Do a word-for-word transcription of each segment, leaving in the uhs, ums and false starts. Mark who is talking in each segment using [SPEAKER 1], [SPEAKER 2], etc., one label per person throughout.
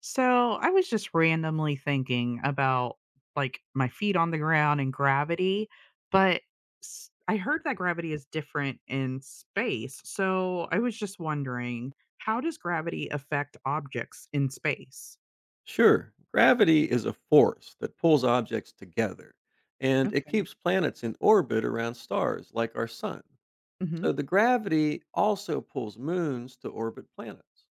[SPEAKER 1] So I was just randomly thinking about like my feet on the ground and gravity, but s- I heard that gravity is different in space. So I was just wondering, how does gravity affect objects in space?
[SPEAKER 2] Sure, gravity is a force that pulls objects together, and it
[SPEAKER 1] Okay.
[SPEAKER 2] keeps planets in orbit around stars like our sun.
[SPEAKER 1] hmm
[SPEAKER 2] So the gravity also pulls moons to orbit planets.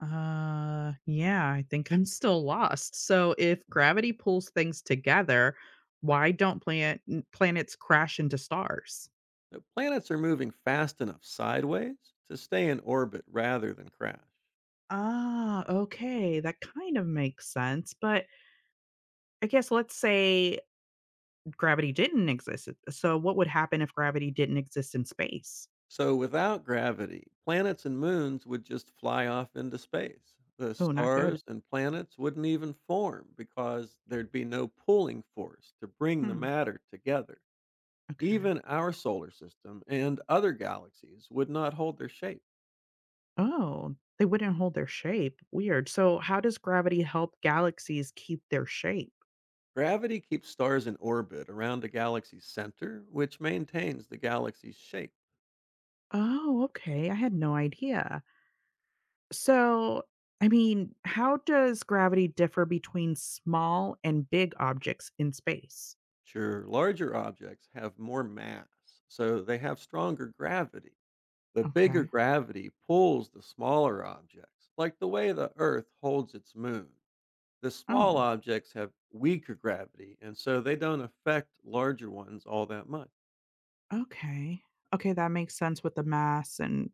[SPEAKER 1] Uh, yeah, I think I'm still lost. So if gravity pulls things together, why don't planet planets crash into stars?
[SPEAKER 2] The planets are moving fast enough sideways to stay in orbit rather than crash.
[SPEAKER 1] Ah, okay, that kind of makes sense, but I guess let's say gravity didn't exist. uh, So what would happen if gravity didn't exist in space?
[SPEAKER 2] So without gravity, planets and moons would just fly off into space. The
[SPEAKER 1] Oh, not good.
[SPEAKER 2] stars and planets wouldn't even form because there'd be no pulling force to bring the
[SPEAKER 1] Hmm.
[SPEAKER 2] matter together.
[SPEAKER 1] Okay.
[SPEAKER 2] Even our solar system and other galaxies would not hold their shape.
[SPEAKER 1] Oh, they wouldn't hold their shape. Weird. So how does gravity help galaxies keep their shape?
[SPEAKER 2] Gravity keeps stars in orbit around a galaxy's center, which maintains the galaxy's shape.
[SPEAKER 1] Oh, okay. I had no idea. So, I mean, how does gravity differ between small and big objects in space?
[SPEAKER 2] Sure, larger objects have more mass, so they have stronger gravity. The bigger
[SPEAKER 1] Okay.
[SPEAKER 2] gravity pulls the smaller objects, like the way the Earth holds its moon. The small
[SPEAKER 1] Oh.
[SPEAKER 2] objects have weaker gravity, and so they don't affect larger ones all that much.
[SPEAKER 1] Okay. Okay, that makes sense with the mass and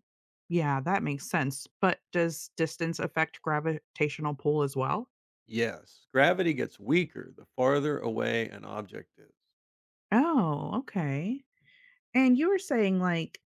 [SPEAKER 1] yeah, that makes sense. But does distance affect gravitational pull as well?
[SPEAKER 2] Yes, gravity gets weaker the farther away an object is.
[SPEAKER 1] Oh, okay. And you were saying like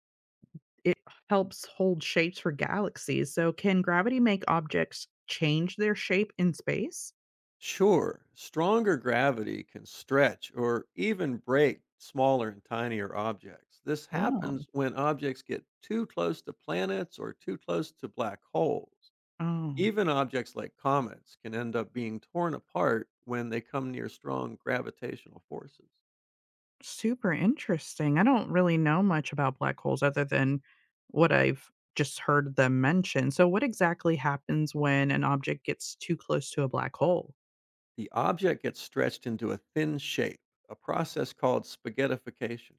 [SPEAKER 1] it helps hold shapes for galaxies. So can gravity make objects change their shape in space?
[SPEAKER 2] Sure, stronger gravity can stretch or even break smaller and tinier objects. This
[SPEAKER 1] Whoa.
[SPEAKER 2] happens when objects get too close to planets or too close to black holes.
[SPEAKER 1] Oh.
[SPEAKER 2] Even objects like comets can end up being torn apart when they come near strong gravitational forces.
[SPEAKER 1] Super interesting. I don't really know much about black holes other than what I've just heard them mention. So, what exactly happens when an object gets too close to a black hole?
[SPEAKER 2] The object gets stretched into a thin shape, a process called spaghettification.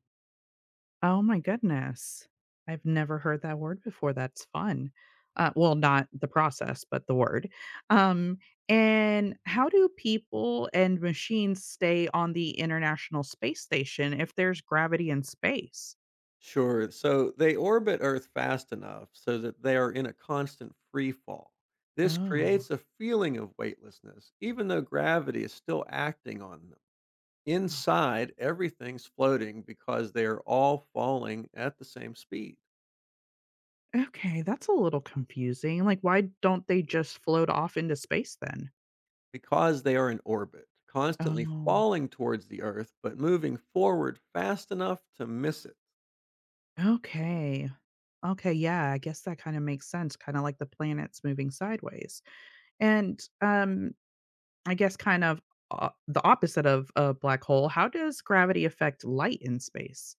[SPEAKER 1] Oh my goodness. I've never heard that word before. That's fun. Uh, well, not the process, but the word. Um, and how do people and machines stay on the International Space Station if there's gravity in space?
[SPEAKER 2] Sure. So they orbit Earth fast enough so that they are in a constant free fall. This
[SPEAKER 1] Oh,
[SPEAKER 2] creates a feeling of weightlessness, even though gravity is still acting on them.
[SPEAKER 1] wow.
[SPEAKER 2] Inside, everything's floating because they are all falling at the same speed.
[SPEAKER 1] Okay, that's a little confusing. Like, why don't they just float off into space then?
[SPEAKER 2] Because they are in orbit, constantly
[SPEAKER 1] Oh,
[SPEAKER 2] falling towards the Earth, but moving forward fast enough to miss it.
[SPEAKER 1] okay. Okay, yeah, I guess that kind of makes sense, kind of like the planets moving sideways. And um I guess kind of uh, the opposite of a black hole, how does gravity affect light in space?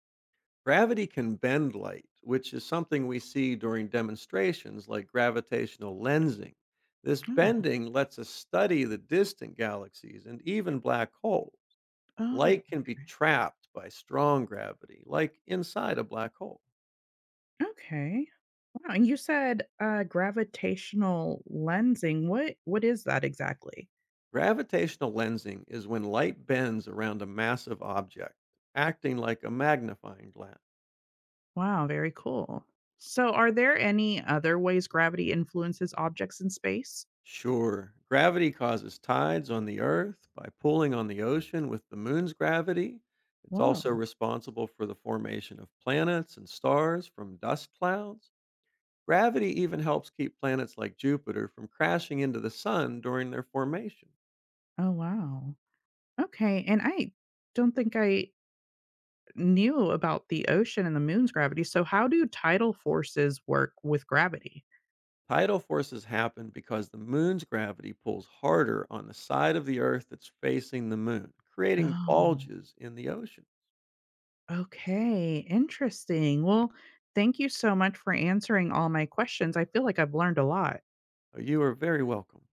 [SPEAKER 2] Gravity can bend light, which is something we see during demonstrations like gravitational lensing. This
[SPEAKER 1] Oh.
[SPEAKER 2] bending lets us study the distant galaxies and even black holes.
[SPEAKER 1] Oh,
[SPEAKER 2] Light can be
[SPEAKER 1] okay.
[SPEAKER 2] trapped by strong gravity, like inside a black hole.
[SPEAKER 1] Okay. Wow, and you said uh gravitational lensing. What what is that exactly?
[SPEAKER 2] Gravitational lensing is when light bends around a massive object, acting like a magnifying glass.
[SPEAKER 1] Wow, very cool. So, are there any other ways gravity influences objects in space?
[SPEAKER 2] Sure. Gravity causes tides on the Earth by pulling on the ocean with the moon's gravity. It's also
[SPEAKER 1] Whoa.
[SPEAKER 2] responsible for the formation of planets and stars from dust clouds. Gravity even helps keep planets like Jupiter from crashing into the sun during their formation.
[SPEAKER 1] Oh, wow. Okay. And I don't think I knew about the ocean and the moon's gravity. So, how do tidal forces work with gravity?
[SPEAKER 2] Tidal forces happen because the moon's gravity pulls harder on the side of the Earth that's facing the moon, creating
[SPEAKER 1] Oh,
[SPEAKER 2] bulges in the ocean.
[SPEAKER 1] okay. Interesting. Well, thank you so much for answering all my questions. I feel like I've learned a lot.
[SPEAKER 2] So you are very welcome.